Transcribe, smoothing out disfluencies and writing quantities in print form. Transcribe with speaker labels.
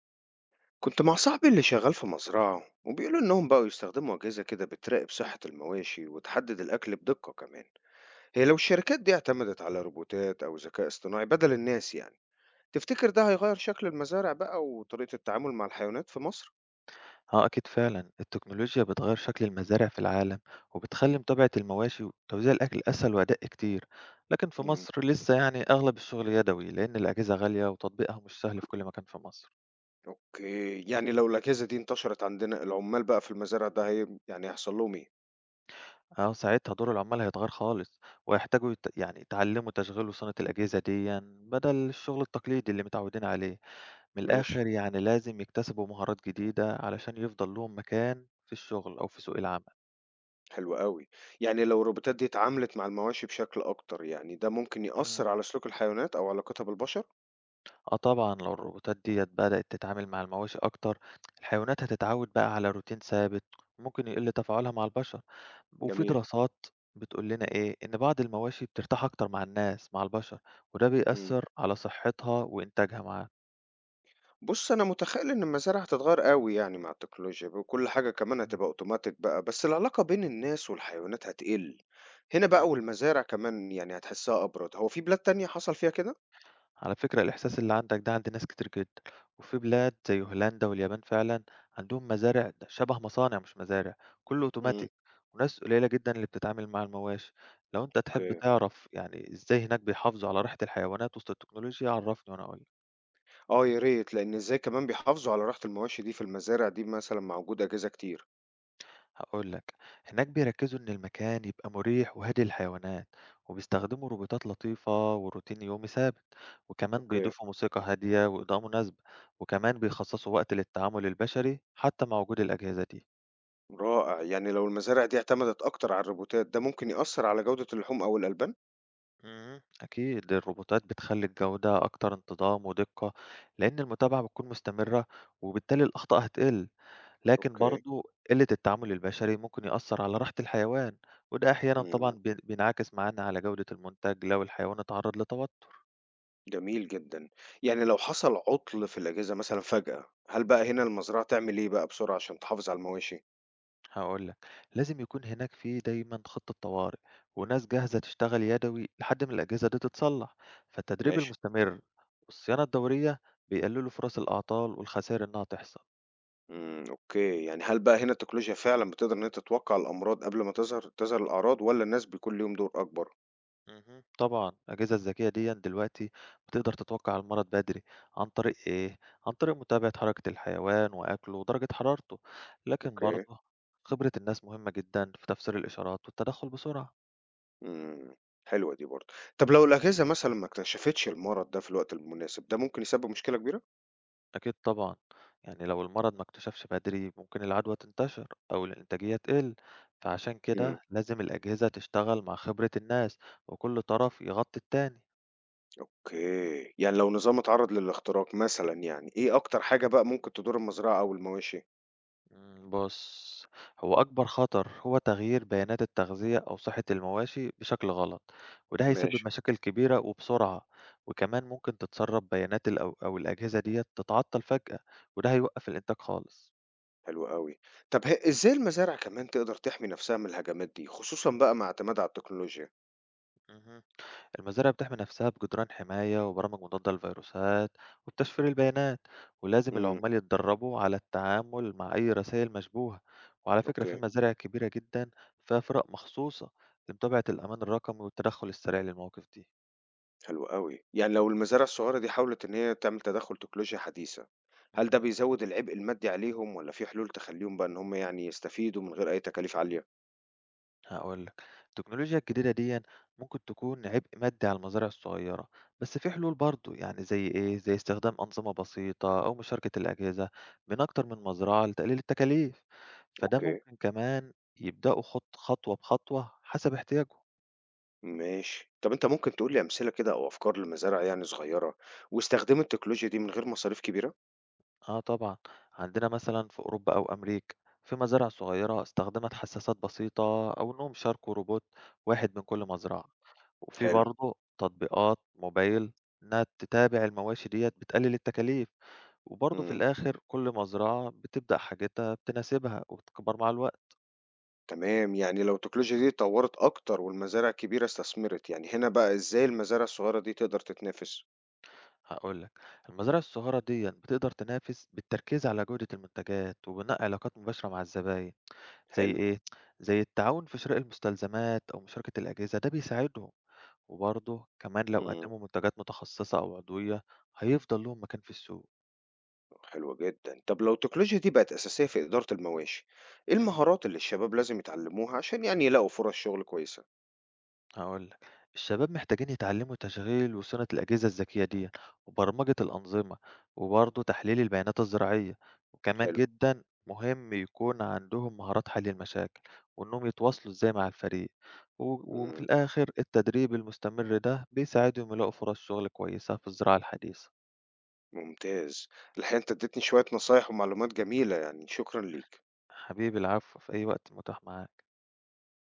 Speaker 1: كنت مع صاحبي اللي شغال في مزرعة وبيقولوا إنهم بقوا يستخدموا أجهزة كده بتراقب صحة المواشي وتحدد الأكل بدقة كمان. هي لو الشركات دي اعتمدت على روبوتات أو ذكاء اصطناعي بدل الناس، يعني تفتكر ده هيغير شكل المزارع بقى وطريقة التعامل مع الحيوانات في مصر؟
Speaker 2: اه أكيد فعلا التكنولوجيا بتغير شكل المزارع في العالم، وبتخلي متابعة المواشي وتوزيع الأكل أسهل وأدق كتير. لكن في
Speaker 1: مم.
Speaker 2: مصر لسه يعني أغلب الشغل يدوي لأن الأجهزة غالية وتطبيقها مش سهل في كل مكان في مصر.
Speaker 1: أوكي، يعني لو الأجهزة دي انتشرت عندنا العمال بقى في المزارع، ده هي يعني هيحصل لهم إيه؟
Speaker 2: اه ساعتها دور العمال هيتغير خالص، وهيحتاجوا يعني يتعلموا تشغيل وصيانة الأجهزة دي بدل الشغل التقليدي اللي متعودين عليه. من
Speaker 1: ماشي،
Speaker 2: الآخر يعني لازم يكتسبوا مهارات جديدة علشان يفضل لهم مكان في الشغل أو في سوق العمل.
Speaker 1: حلو قوي. يعني لو الروبوتات دي اتعاملت مع المواشي بشكل أكتر، يعني ده ممكن
Speaker 2: مم.
Speaker 1: يأثر على سلوك الحيوانات أو علاقتها بالبشر؟
Speaker 2: آه طبعًا، لو الروبوتات ديّة بدأت تتعامل مع المواشي أكتر، الحيوانات هتتعود بقى على روتين ثابت، وممكن يقل تفاعلها مع البشر، وفي
Speaker 1: جميل.
Speaker 2: دراسات بتقول لنا إيه، إن بعض المواشي بترتاح أكتر مع الناس مع البشر، وده
Speaker 1: مم.
Speaker 2: بيأثّر على صحتها وإنتاجها معانا.
Speaker 1: بُص، أنا متخيّل إن المزارع هتتغيّر أوي يعني مع التكنولوجيا وكل حاجة كمان
Speaker 2: إمم.
Speaker 1: هتبقى أوتوماتيك بقى، بس العلاقة بين الناس والحيوانات هتقِل هنا
Speaker 2: إمم.
Speaker 1: بقى، والمزارع كمان يعني هتحسّها أبرد. هو في بلاد تانية حصل فيها كده؟
Speaker 2: على فكرة الإحساس اللي عندك ده عند ناس كتير جدا، وفي بلاد زي هولندا واليابان فعلا عندهم مزارع شبه مصانع مش مزارع، كله
Speaker 1: إمم.
Speaker 2: أوتوماتيك وناس قليلة جدا اللي بتتعامل مع المواشي. لو أنت تحب
Speaker 1: أوكي.
Speaker 2: تعرف يعني إزاي هناك بيحافظوا على ريحة الحيوانات وسط التكنولوجيا عرفني وأنا أقول.
Speaker 1: آه يا ريت، لإن إزاي كمان بيحافظوا على راحة المواشي دي في المزارع دي مثلًا مع وجود أجهزة كتير؟
Speaker 2: هاقول لك، هناك بيركّزوا إن المكان يبقى مريح وهادي للحيوانات، وبيستخدموا روبوتات لطيفة وروتين يومي ثابت، وكمان
Speaker 1: أوكي.
Speaker 2: بيضيفوا موسيقى هادية وإضاءة مناسبة، وكمان بيخصصوا وقت للتعامل البشري حتى مع وجود الأجهزة دي.
Speaker 1: رائع، يعني لو المزارع دي اعتمدت أكتر على الروبوتات، ده ممكن يأثّر على جودة اللحوم أو الألبان؟
Speaker 2: إمم، أكيد الروبوتات بتخلّي الجودة أكتر انتظام ودقة، لإن المتابعة بتكون مستمرة وبالتالي الأخطاء هتقل. لكن
Speaker 1: أوكي.
Speaker 2: برضه قلة التعامل البشري ممكن يأثّر على راحة الحيوان، وده أحيانًا طبعًا
Speaker 1: إمم.
Speaker 2: بينعكس معانا على جودة المنتج لو الحيوان اتعرّض لتوتر.
Speaker 1: جميل جدًا. يعني لو حصل عُطل في الأجازة مثلًا فجأة، هل
Speaker 2: إمم،
Speaker 1: بقى هنا المزرعة تعمل إيه بقى بسرعة عشان تحافظ على المواشي؟
Speaker 2: هاقول لك، لازم يكون هناك في دايمًا خطة طوارئ وناس جاهزة تشتغل يدوي لحد ما الأجهزة دي تتصلّح، فالتدريب
Speaker 1: ماشي.
Speaker 2: المستمر والصيانة الدورية بيقللوا فرص الأعطال والخسائر إنها تحصل.
Speaker 1: إمم، أوكي. يعني هل بقى هنا التكنولوجيا فعلًا بتقدر إن هي تتوقع الأمراض قبل ما تظهر الأعراض، والّا الناس بيكون ليهم دور أكبر؟
Speaker 2: طبعًا الأجهزة الذكية ديًّا دلوقتي بتقدر تتوقع المرض بدري، عن طريق إيه، عن طريق متابعة حركة الحيوان وأكله ودرجة حرارته، لكن
Speaker 1: أوكي.
Speaker 2: برضه خبرة الناس مهمة جدًا في تفسير الإشارات والتدخل بسرعة.
Speaker 1: إمم، حلوة دي برضه. طب لو الأجهزة مثلًا ما اكتشفتش المرض ده في الوقت المناسب، ده ممكن يسبب مشكلة كبيرة؟
Speaker 2: أكيد طبعًا، يعني لو المرض ما اكتشفش بدري ممكن العدوى تنتشر أو الإنتاجية تقل، فعشان كده
Speaker 1: إمم،
Speaker 2: لازم الأجهزة تشتغل مع خبرة الناس وكل طرف يغطي التاني.
Speaker 1: أوكي. يعني لو نظام اتعرض للاختراق مثلًا، يعني إيه أكتر حاجة بقى ممكن تضر المزرعة أو المواشي؟
Speaker 2: مم، بص هو أكبر خطر هو تغيير بيانات التغذية أو صحة المواشي بشكل غلط، وده هيسبب
Speaker 1: ماشي.
Speaker 2: مشاكل كبيرة وبسرعة. وكمان ممكن تتسرب بيانات أو الأجهزة دي تتعطل فجأة، وده هيوقف الإنتاج خالص.
Speaker 1: حلو أوي. طب هي إزاي المزارع كمان تقدر تحمي نفسها من الهجمات دي، خصوصًا بقى مع اعتمادها على التكنولوجيا؟
Speaker 2: مهم. المزارع بتحمي نفسها بجدران حماية وبرامج مضادة للفيروسات وبتشفير البيانات، ولازم
Speaker 1: إمم،
Speaker 2: العمال يتدربوا على التعامل مع أي رسائل مشبوهة. وعلى فكرة في
Speaker 1: أوكي،
Speaker 2: مزارع كبيرة جدا فيها فرق مخصوصة لمتابعة الأمان الرقمي والتدخل السريع للمواقف دي.
Speaker 1: حلو أوي. يعني لو المزارع الصغيرة دي حاولت إن هي تعمل تدخُّل تكنولوجيا حديثة، هل ده
Speaker 2: مهم.
Speaker 1: بيزوّد العبء المادي عليهم، والّا في حلول تخلّيهم بقى إن هم يعني يستفيدوا من غير أي تكاليف عالية؟
Speaker 2: هاقول لك، التكنولوجيا الجديدة ديًّا ممكن تكون عبء مادي على المزارع الصغيرة، بس في حلول برضه، يعني زي إيه، زي استخدام أنظمة بسيطة أو مشاركة الأجهزة بين أكتر من مزرعة لتقليل التكاليف، فده
Speaker 1: أوكي،
Speaker 2: ممكن كمان يبدأوا خطوة بخطوة حسب احتياجهم.
Speaker 1: ماشي. طب أنت ممكن تقول لي أمثلة كده أو أفكار لمزارع يعني صغيرة واستخدمت التكنولوجيا دي من غير مصاريف كبيرة؟
Speaker 2: آه طبعًا، عندنا مثلًا في أوروبا أو أمريكا في مزارع صغيرة استخدمت حساسات بسيطة أو إنهم شاركوا روبوت واحد من كل مزرعة. وفي
Speaker 1: حلو.
Speaker 2: برضه تطبيقات موبايل إنها تتابع المواشي ديّة بتقلل التكاليف، وبرضه في
Speaker 1: إمم.
Speaker 2: الآخر كل مزرعة بتبدأ حاجتها بتناسبها وبتكبر مع الوقت.
Speaker 1: تمام، يعني لو التكنولوجيا دي اتطوّرت أكتر والمزارع الكبيرة استثمرت، يعني هنا بقى إزاي المزارع الصغيرة دي تقدر تتنافس؟
Speaker 2: هاقول لك المزارع الصغيرة ديًّا بتقدر تنافس بالتركيز على جودة المنتجات وبناء علاقات مباشرة مع الزباين، زي
Speaker 1: حلو.
Speaker 2: إيه؟ زي التعاون في شراء المستلزمات أو مشاركة الأجهزة ده بيساعدهم، وبرضه كمان لو
Speaker 1: إمم.
Speaker 2: قدموا منتجات متخصصة أو عضوية هيفضل لهم مكان في السوق.
Speaker 1: حلو جدًا. طب لو التكنولوجيا دي بقت أساسية في إدارة المواشي، إيه
Speaker 2: إمم.
Speaker 1: المهارات اللي الشباب لازم يتعلموها عشان يعني يلاقوا فرص شغل كويسة؟
Speaker 2: هقول لك الشباب محتاجين يتعلموا تشغيل وصيانة الأجهزة الذكية دي وبرمجة الأنظمة وبرضه تحليل البيانات الزراعية، وكمان
Speaker 1: حلو.
Speaker 2: جدا مهم يكون عندهم مهارات حل المشاكل وإنهم يتواصلوا إزاي مع الفريق. وفي
Speaker 1: إمم.
Speaker 2: الآخر التدريب المستمر ده بيساعدهم يلاقوا فرص شغل كويسة في الزراعة الحديثة.
Speaker 1: ممتاز. الحقيقة أنت اديتني شوية نصايح ومعلومات جميلة يعني، شكرًا ليك.
Speaker 2: حبيبي العفو في أي وقت متاح معاك.